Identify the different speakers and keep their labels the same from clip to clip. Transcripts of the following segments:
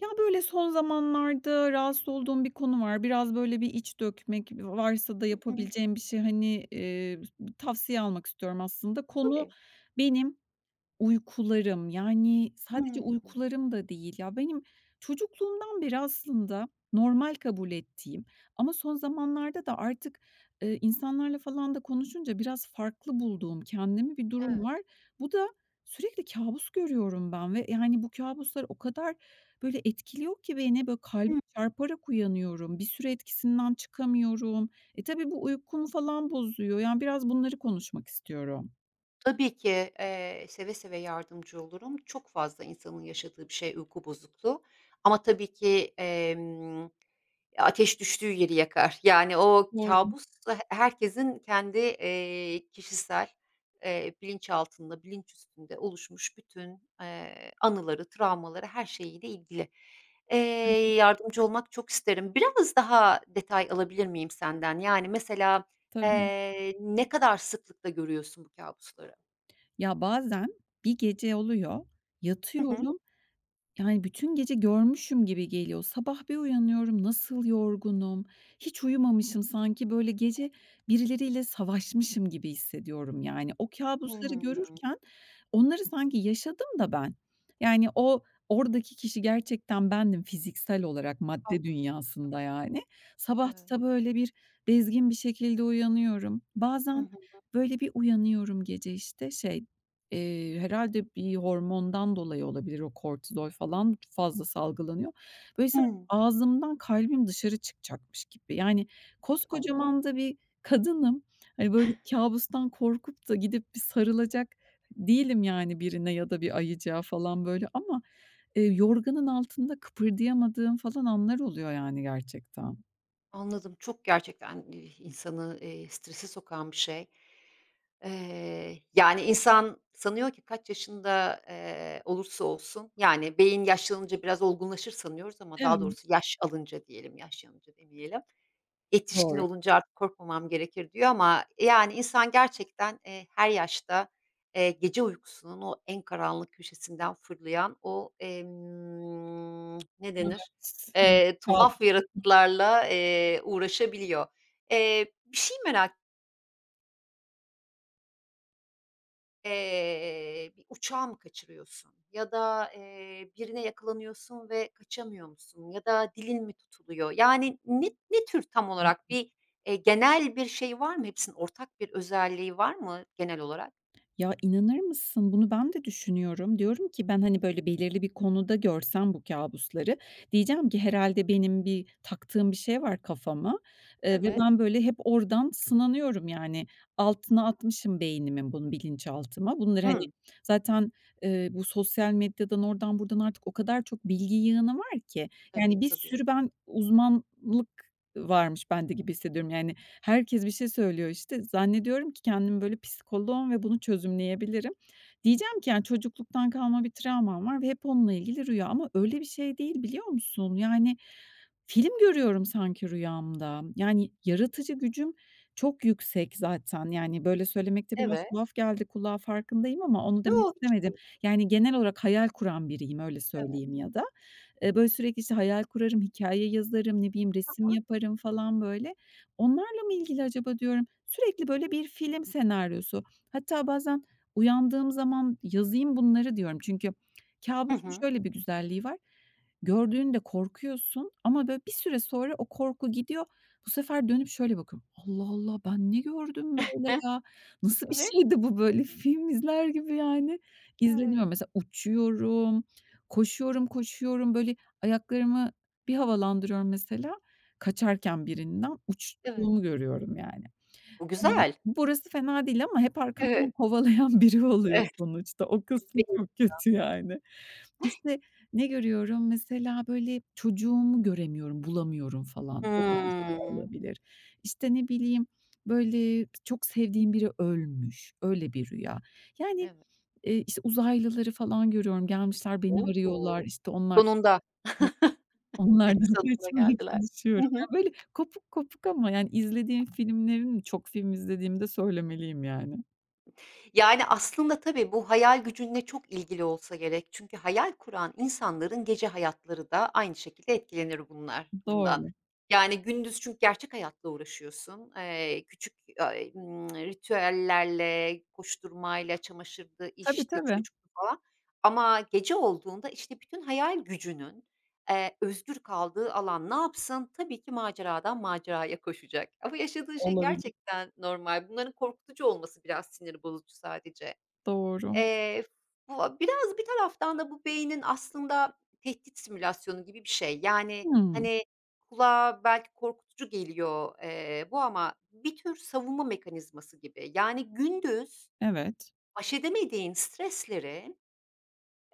Speaker 1: Ya, böyle, son zamanlarda rahatsız olduğum bir konu var. Biraz, böyle, bir iç dökmek varsa da
Speaker 2: Hı hı.
Speaker 1: yapabileceğim bir şey, hani, tavsiye almak istiyorum aslında. Konu
Speaker 2: Tabii.
Speaker 1: benim, uykularım, yani, sadece
Speaker 2: Hımm.
Speaker 1: uykularım da değil. Ya, benim çocukluğumdan beri aslında normal kabul ettiğim ama son zamanlarda da artık, insanlarla falan da konuşunca biraz farklı bulduğum kendimi bir durum
Speaker 2: Evet.
Speaker 1: var. Bu da sürekli kâbus görüyorum ben ve, yani, bu kâbuslar o kadar, böyle, etkiliyor ki beni, böyle, kalbim
Speaker 2: Hımm.
Speaker 1: çarparak uyanıyorum. Bir süre etkisinden çıkamıyorum. E, tabii bu uykumu falan bozuyor. Yani, biraz bunları konuşmak istiyorum.
Speaker 2: Tabii ki, seve seve yardımcı olurum. Çok fazla insanın yaşadığı bir şey uyku bozukluğu ama tabii ki. Ateş düştüğü yeri yakar. Yani o
Speaker 1: Doğru,
Speaker 2: kabus da herkesin kendi, kişisel, bilinç altında, bilinç üstünde oluşmuş bütün, anıları, travmaları, her şeyiyle ilgili. Eee, Yardımcı olmak çok isterim. Biraz daha detay alabilir miyim senden? Yani mesela,
Speaker 1: tabii.
Speaker 2: ne kadar sıklıkla görüyorsun bu kabusları?
Speaker 1: Ya, bazen bir gece oluyor,
Speaker 2: Hı hı.
Speaker 1: yatıyorum, yani, bütün gece görmüşüm gibi geliyor. Sabah bir uyanıyorum, nasıl yorgunum, hiç uyumamışım sanki, böyle, gece birileriyle savaşmışım gibi hissediyorum, yani. O kabusları
Speaker 2: Hımm.
Speaker 1: görürken onları sanki yaşadım da ben. Yani, o oradaki kişi gerçekten bendim fiziksel olarak
Speaker 2: Ah,
Speaker 1: madde
Speaker 2: evet.
Speaker 1: dünyasında, yani. Sabah
Speaker 2: Evet.
Speaker 1: da, böyle, bezgin bir şekilde uyanıyorum.
Speaker 2: Hı
Speaker 1: Bazen,
Speaker 2: hı.
Speaker 1: böyle, bir uyanıyorum gece, işte. Herhâlde bir hormondan dolayı olabilir o kortizol falan fazla salgılanıyor. Böyle sanki ağzımdan kalbim dışarı çıkacakmış gibi. Yani
Speaker 2: Allah.
Speaker 1: koskocaman da bir kadınım. Hani, böyle kabustan korkup da gidip bir sarılacak değilim yani birine ya da bir ayıcığa falan böyle ama, yorganın altında kıpırdayamadığım falan anlar oluyor yani gerçekten.
Speaker 2: Anladım. Çok gerçekten, insanı, strese sokan bir şey. Yani, insan sanıyor ki kaç yaşında, olursa olsun, yani, beyin yaşlanınca biraz olgunlaşır sanıyoruz ama daha
Speaker 1: Evet,
Speaker 2: doğrusu yaş alınca diyelim, yaşlanınca demeyelim. Yetişkin
Speaker 1: doğru.
Speaker 2: olunca artık korkmamam gerekir diyor ama, yani, insan gerçekten, her yaşta, gece uykusunun o en karanlık köşesinden fırlayan o, ne denir, tuhaf yaratıklarla, uğraşabiliyor. Bir şey merak bir uçağı mı kaçırıyorsun ya da, birine yakalanıyorsun ve kaçamıyor musun ya da dilin mi tutuluyor? Yani ne tür tam olarak bir, genel bir şey var mı? Hepsinin ortak bir özelliği var mı genel olarak?
Speaker 1: Ya, inanır mısın? Bunu ben de düşünüyorum. Diyorum ki ben, hani, böyle belirli bir konuda görsem bu kabusları diyeceğim ki herhalde benim bir taktığım bir şey var kafama, ve
Speaker 2: Evet.
Speaker 1: ben böyle hep oradan sınanıyorum yani. Altına atmışım beynimin bunu bilinçaltıma. Bunları, hani,
Speaker 2: Hıı.
Speaker 1: zaten, bu sosyal medyadan oradan buradan artık o kadar çok bilgi yığını var ki.
Speaker 2: Tabii,
Speaker 1: Yani bir
Speaker 2: tabii.
Speaker 1: sürü ben uzmanlık varmış bende gibi hissediyorum. Yani, herkes bir şey söylüyor, işte. Zannediyorum ki kendim böyle psikoloğum ve bunu çözümleyebilirim. Diyeceğim ki, yani, çocukluktan kalma bir travmam var ve hep onunla ilgili rüya ama öyle bir şey değil, biliyor musun? Yani, film görüyorum sanki rüyamda. Yani, yaratıcı gücüm çok yüksek zaten. Yani, böyle söylemekte biraz
Speaker 2: Evet.
Speaker 1: tuhaf geldi kulağa farkındayım ama onu demek
Speaker 2: Yo, hiç
Speaker 1: istemedim.
Speaker 2: değil.
Speaker 1: Yani, genel olarak hayal kuran biriyim, öyle
Speaker 2: Evet.
Speaker 1: söyleyeyim ya da. Böyle, sürekli, işte, hayal kurarım, hikaye yazarım, ne bileyim,
Speaker 2: Hı
Speaker 1: resim
Speaker 2: hı.
Speaker 1: yaparım falan, böyle. Onlarla mı ilgili acaba diyorum. Sürekli, böyle, bir film senaryosu. Hatta bazen uyandığım zaman yazayım bunları diyorum. Çünkü kâbusun
Speaker 2: Hı.
Speaker 1: şöyle bir güzelliği var. Gördüğünde korkuyorsun ama, böyle, bir süre sonra o korku gidiyor. Bu sefer dönüp şöyle bakıyorum. Allah Allah, ben ne gördüm böyle
Speaker 2: Heh,
Speaker 1: ya? Nasıl bir
Speaker 2: ve
Speaker 1: şeydi bu böyle? Film izler gibi, yani,
Speaker 2: evet,
Speaker 1: izleniyorum. Mesela uçuyorum, koşuyorum, koşuyorum, böyle, ayaklarımı bir havalandırıyorum mesela, kaçarken birinden
Speaker 2: evet.
Speaker 1: uçtuğumu görüyorum yani.
Speaker 2: Bu güzel.
Speaker 1: Burası fena değil ama hep arkamdan
Speaker 2: Evet.
Speaker 1: kovalayan biri oluyor
Speaker 2: Evet.
Speaker 1: sonuçta. O kısmı çok kötü yani. İşte, ne görüyorum? Mesela, böyle, çocuğumu göremiyorum, bulamıyorum falan. Öyle bir şey
Speaker 2: Hımm.
Speaker 1: olabilir. İşte, ne bileyim, böyle, çok sevdiğim biri ölmüş, öyle bir rüya. Yani,
Speaker 2: Evet.
Speaker 1: işte, uzaylıları falan görüyorum. Gelmişler beni arıyorlar,
Speaker 2: O!
Speaker 1: İşte onlar
Speaker 2: Sonunda.
Speaker 1: onlardan
Speaker 2: Sonunda
Speaker 1: kaçmaya
Speaker 2: geldiler. Hı
Speaker 1: çalışıyorum.
Speaker 2: hı.
Speaker 1: Ya, böyle, kopuk kopuk ama, yani, izlediğim filmlerin. Çok film izlediğimi de söylemeliyim, yani.
Speaker 2: Yani, aslında tabii bu hayal gücünle çok ilgili olsa gerek. Çünkü hayal kuran insanların gece hayatları da aynı şekilde etkilenir bunlar bundan.
Speaker 1: Doğru.
Speaker 2: Yani, gündüz çünkü gerçek hayatla uğraşıyorsun. Küçük, ritüellerle, koşturmayla, çamaşırdı,
Speaker 1: Tabii,
Speaker 2: işti,
Speaker 1: tabii.
Speaker 2: çocuktu falan ama gece olduğunda, işte, bütün hayal gücünün özgür kaldığı alan ne yapsın? Tabii ki maceradan maceraya koşacak ama yaşadığı şey
Speaker 1: Olabilir.
Speaker 2: gerçekten normal. Bunların korkutucu olması biraz sinir bozucu sadece.
Speaker 1: Doğru.
Speaker 2: Eee, Bu biraz bir taraftan da bu beynin aslında tehdit simülasyonu gibi bir şey. Yani,
Speaker 1: Hımm.
Speaker 2: hani, kulağa belki korkutucu geliyor, bu ama bir tür savunma mekanizması gibi. Yani gündüz
Speaker 1: Evet.
Speaker 2: aşedemediğin stresleri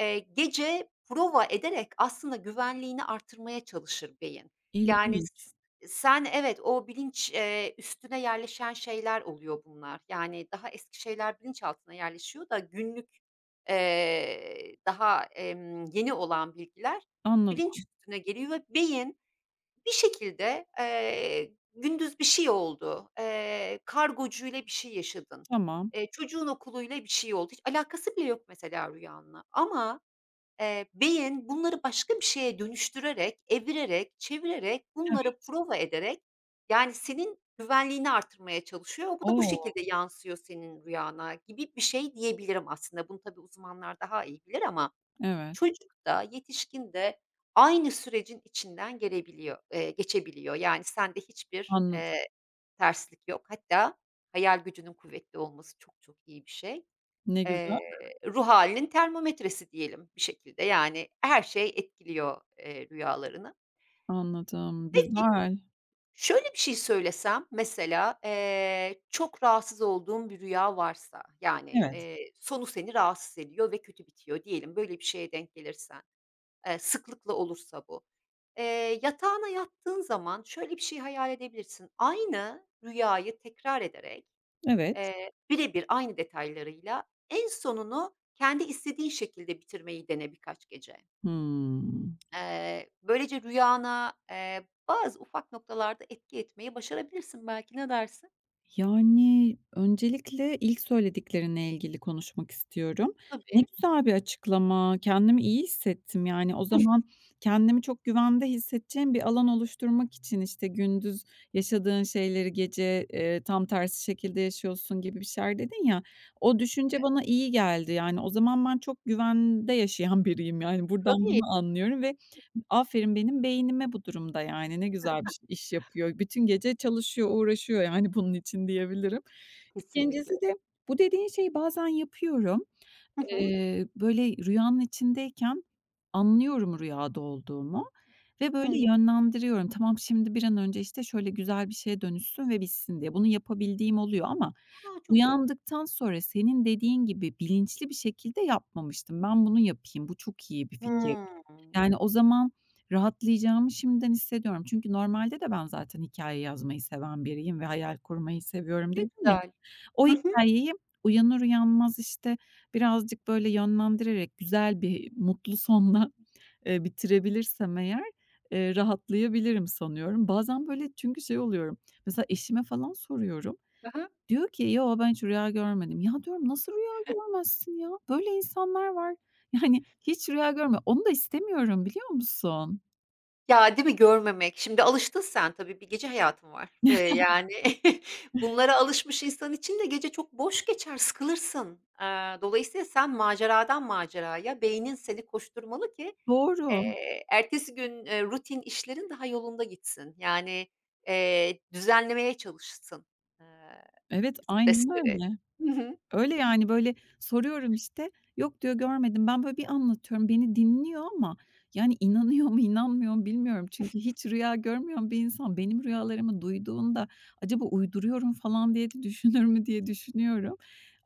Speaker 2: Gece prova ederek aslında güvenliğini artırmaya çalışır beyin. Yani
Speaker 1: İlginç.
Speaker 2: s sen evet, o bilinç, üstüne yerleşen şeyler oluyor bunlar. Yani daha eski şeyler bilinçaltına yerleşiyor da günlük, daha, yeni olan bilgiler bilinç
Speaker 1: Anladım,
Speaker 2: üstüne geliyor ve beyin bir şekilde, gündüz bir şey oldu, kargocuyla bir şey yaşadın,
Speaker 1: tamam.
Speaker 2: çocuğun okuluyla bir şey oldu. Hiç alakası bile yok mesela rüyanla ama beyin bunları başka bir şeye dönüştürerek, evirerek, çevirerek, bunları
Speaker 1: Evet,
Speaker 2: prova ederek, yani, senin güvenliğini artırmaya çalışıyor. Bu da bu
Speaker 1: o!
Speaker 2: şekilde yansıyor senin rüyana gibi bir şey diyebilirim aslında. Bunu tabii uzmanlar daha iyi bilir ama
Speaker 1: Evet,
Speaker 2: çocuk da yetişkin de aynı sürecin içinden gelebiliyor, geçebiliyor. Yani, sende hiçbir,
Speaker 1: anladım.
Speaker 2: terslik yok. Hatta hayal gücünün kuvvetli olması çok çok iyi bir şey.
Speaker 1: Ne güzel.
Speaker 2: Ruh halinin termometresi diyelim bir şekilde. Yani her şey etkiliyor, rüyalarını.
Speaker 1: Anladım,
Speaker 2: Peki,
Speaker 1: güzel.
Speaker 2: şöyle bir şey söylesem mesela, çok rahatsız olduğum bir rüya varsa, yani,
Speaker 1: Evet,
Speaker 2: sonu seni rahatsız ediyor ve kötü bitiyor diyelim, böyle bir şeye denk gelirsen, sıklıkla olursa bu. Yatağına yattığın zaman şöyle bir şey hayal edebilirsin. Aynı rüyayı tekrar ederek
Speaker 1: evet.
Speaker 2: Eee, birebir aynı detaylarıyla en sonunu kendi istediğin şekilde bitirmeyi dene birkaç gece.
Speaker 1: Hımm.
Speaker 2: Böylece rüyana, bazı ufak noktalarda etki etmeyi başarabilirsin belki, ne dersin?
Speaker 1: Yani, öncelikle ilk söylediklerine ilgili konuşmak istiyorum. Ne
Speaker 2: Tabii.
Speaker 1: güzel bir açıklama, kendimi iyi hissettim. Yani, o zaman kendimi çok güvende hissedeceğim bir alan oluşturmak için, işte, gündüz yaşadığın şeyleri gece, tam tersi şekilde yaşıyorsun gibi bir şeyler dedin ya, o düşünce bana iyi geldi. Yani, o zaman ben çok güvende yaşayan biriyim. Yani, buradan
Speaker 2: Tabii,
Speaker 1: bunu anlıyorum ve aferin benim beynime bu durumda, yani, ne güzel bir iş yapıyor. Bütün gece çalışıyor, uğraşıyor, yani, bunun için diyebilirim.
Speaker 2: kesinlikle.
Speaker 1: İkincisi de bu dediğin şeyi bazen yapıyorum.
Speaker 2: Hı hı.
Speaker 1: Böyle rüyanın içindeyken anlıyorum rüyada olduğumu ve böyle
Speaker 2: Hıı.
Speaker 1: yönlendiriyorum. Tamam, şimdi bir an önce, işte, şöyle güzel bir şeye dönüşsün ve bitsin diye. Bunu yapabildiğim oluyor ama
Speaker 2: A, çok iyi.
Speaker 1: uyandıktan sonra senin dediğin gibi bilinçli bir şekilde yapmamıştım. Ben bunu yapayım, bu çok iyi bir fikir
Speaker 2: Hımm.
Speaker 1: yani, o zaman rahatlayacağımı şimdiden hissediyorum. Çünkü normalde de ben zaten hikaye yazmayı seven biriyim ve hayal kurmayı seviyorum
Speaker 2: Ne
Speaker 1: dedim ya.
Speaker 2: güzel.
Speaker 1: O
Speaker 2: Hı hı.
Speaker 1: hikayeyi uyanır uyanmaz, işte, birazcık böyle yönlendirerek güzel bir mutlu sonla, bitirebilirsem eğer, rahatlayabilirim sanıyorum. Bazen böyle çünkü şey oluyorum, mesela eşime falan soruyorum.
Speaker 2: Hı hı.
Speaker 1: Diyor ki, "Yo, ben hiç rüya görmedim." Ya, diyorum, "Nasıl rüya görmezsin ya? Böyle insanlar var." Yani, hiç rüya görme. Onu da istemiyorum, biliyor musun?
Speaker 2: Ya, değil mi? Görmemek. Şimdi alıştın sen tabii, bir gece hayatın var. Yani bunlara alışmış insan için de gece çok boş geçer, sıkılırsın. Dolayısıyla sen maceradan maceraya, beynin seni koşturmalı ki,
Speaker 1: Doğru.
Speaker 2: ertesi gün, rutin işlerin daha yolunda gitsin. Yani, düzenlemeye çalışsın, eee,
Speaker 1: Evet, aynen
Speaker 2: stresleri.
Speaker 1: öyle.
Speaker 2: Hı hı.
Speaker 1: Öyle, yani, böyle, soruyorum, işte, "Yok." diyor, "Görmedim." Ben böyle bir anlatıyorum, beni dinliyor ama, yani, inanıyor mu, inanmıyor mu bilmiyorum. Çünkü hiç rüya görmeyen bir insan benim rüyalarımı duyduğunda acaba uyduruyorum falan diye de düşünür mü diye düşünüyorum.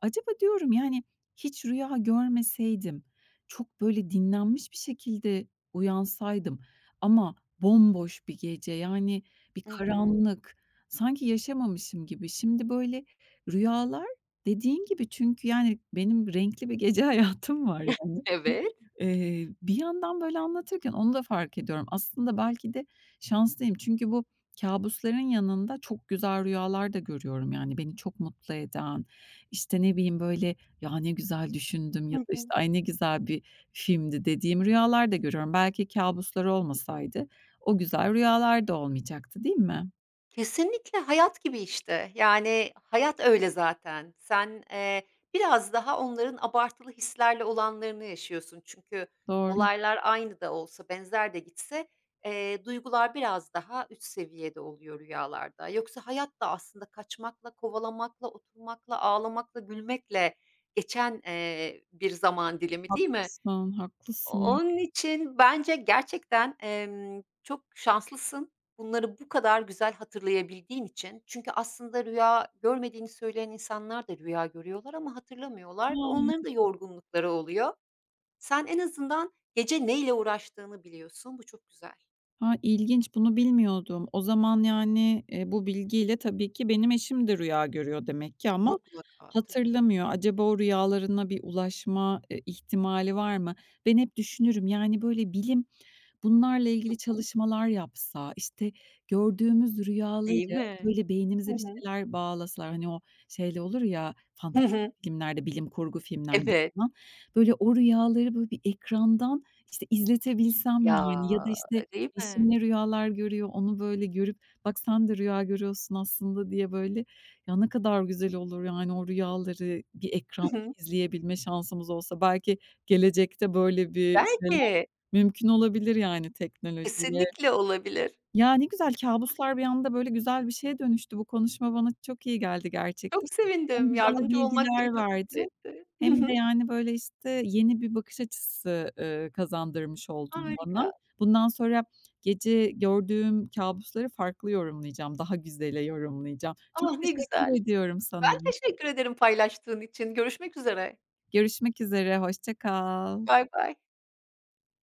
Speaker 1: Acaba diyorum, yani, hiç rüya görmeseydim, çok böyle dinlenmiş bir şekilde uyansaydım ama bomboş bir gece, yani, bir
Speaker 2: Hı hı.
Speaker 1: karanlık, sanki yaşamamışım gibi. Şimdi böyle rüyalar. Dediğin gibi çünkü, yani, benim renkli bir gece hayatım var yani.
Speaker 2: Evet.
Speaker 1: Bir yandan böyle anlatırken onu da fark ediyorum. Aslında belki de şanslıyım çünkü bu kabusların yanında çok güzel rüyalar da görüyorum. Yani, beni çok mutlu eden, işte, ne bileyim, böyle, "Ya, ne güzel düşündüm."
Speaker 2: Hı
Speaker 1: ya da,
Speaker 2: hı.
Speaker 1: işte, "Ay, ne güzel bir filmdi." dediğim rüyalar da görüyorum. Belki kabusları olmasaydı o güzel rüyalar da olmayacaktı, değil mi?
Speaker 2: Kesinlikle hayat gibi işte. Yani, hayat öyle zaten. Sen, biraz daha onların abartılı hislerle olanlarını yaşıyorsun. Çünkü
Speaker 1: Doğru,
Speaker 2: olaylar aynı da olsa, benzer de gitse, duygular biraz daha üst seviyede oluyor rüyalarda. Yoksa hayat da aslında kaçmakla, kovalamakla, oturmakla, ağlamakla, gülmekle geçen, bir zaman dilimi, değil mi?
Speaker 1: haklısın, haklısın.
Speaker 2: Onun için bence gerçekten, çok şanslısın bunları bu kadar güzel hatırlayabildiğin için. Çünkü aslında rüya görmediğini söyleyen insanlar da rüya görüyorlar ama hatırlamıyorlar ve onların da yorgunlukları oluyor. Sen en azından gece neyle uğraştığını biliyorsun. Bu çok güzel.
Speaker 1: Ha ilginç, bunu bilmiyordum. O zaman, yani, bu bilgiyle tabii ki benim eşim de rüya görüyor demek ki ama
Speaker 2: Mutlaka, tabii.
Speaker 1: hatırlamıyor. Acaba o rüyalarına bir ulaşma, ihtimali var mı? Ben hep düşünürüm, yani, böyle bilim bunlarla
Speaker 2: Hı
Speaker 1: ilgili
Speaker 2: hı.
Speaker 1: çalışmalar yapsa, işte, gördüğümüz rüyaları
Speaker 2: Değil mi?
Speaker 1: böyle
Speaker 2: Hı
Speaker 1: beynimize bir
Speaker 2: hı.
Speaker 1: şeyler bağlasalar, hani, o şeyle olur ya
Speaker 2: Hı
Speaker 1: fantastik
Speaker 2: hı.
Speaker 1: filmlerde, bilim kurgu filmlerde
Speaker 2: Evet.
Speaker 1: falan, böyle o rüyaları böyle bir ekrandan, işte, izletebilsem
Speaker 2: Ya,
Speaker 1: yani ya da, işte,
Speaker 2: değil mi?
Speaker 1: eşimle rüyalar görüyor, onu böyle görüp "Bak sen de rüya görüyorsun aslında." diye böyle ya ne kadar güzel olur yani o rüyaları bir
Speaker 2: Hı
Speaker 1: ekranda
Speaker 2: hı.
Speaker 1: izleyebilme şansımız olsa belki gelecekte böyle bir şeyler.
Speaker 2: Belki.
Speaker 1: Mümkün olabilir yani teknolojiyle.
Speaker 2: Kesinlikle olabilir.
Speaker 1: Ya, ne güzel kabuslar bir anda böyle güzel bir şeye dönüştü. Bu konuşma bana çok iyi geldi
Speaker 2: Çok
Speaker 1: gerçekten. Hem
Speaker 2: sevindim.
Speaker 1: güzel
Speaker 2: Yardımcı olmak beni
Speaker 1: bilgiler
Speaker 2: çok mutlu
Speaker 1: verdi
Speaker 2: etti. Hı
Speaker 1: hem de,
Speaker 2: hı.
Speaker 1: yani, böyle, işte, yeni bir bakış açısı, kazandırmış oldun bana.
Speaker 2: Harika.
Speaker 1: Bundan sonra gece gördüğüm kabusları farklı yorumlayacağım, daha güzele yorumlayacağım. Çok
Speaker 2: Ah, ne güzel.
Speaker 1: teşekkür ediyorum sana.
Speaker 2: Ben teşekkür ederim paylaştığın için. Görüşmek üzere.
Speaker 1: Görüşmek üzere, hoşça kal.
Speaker 2: Bay bay.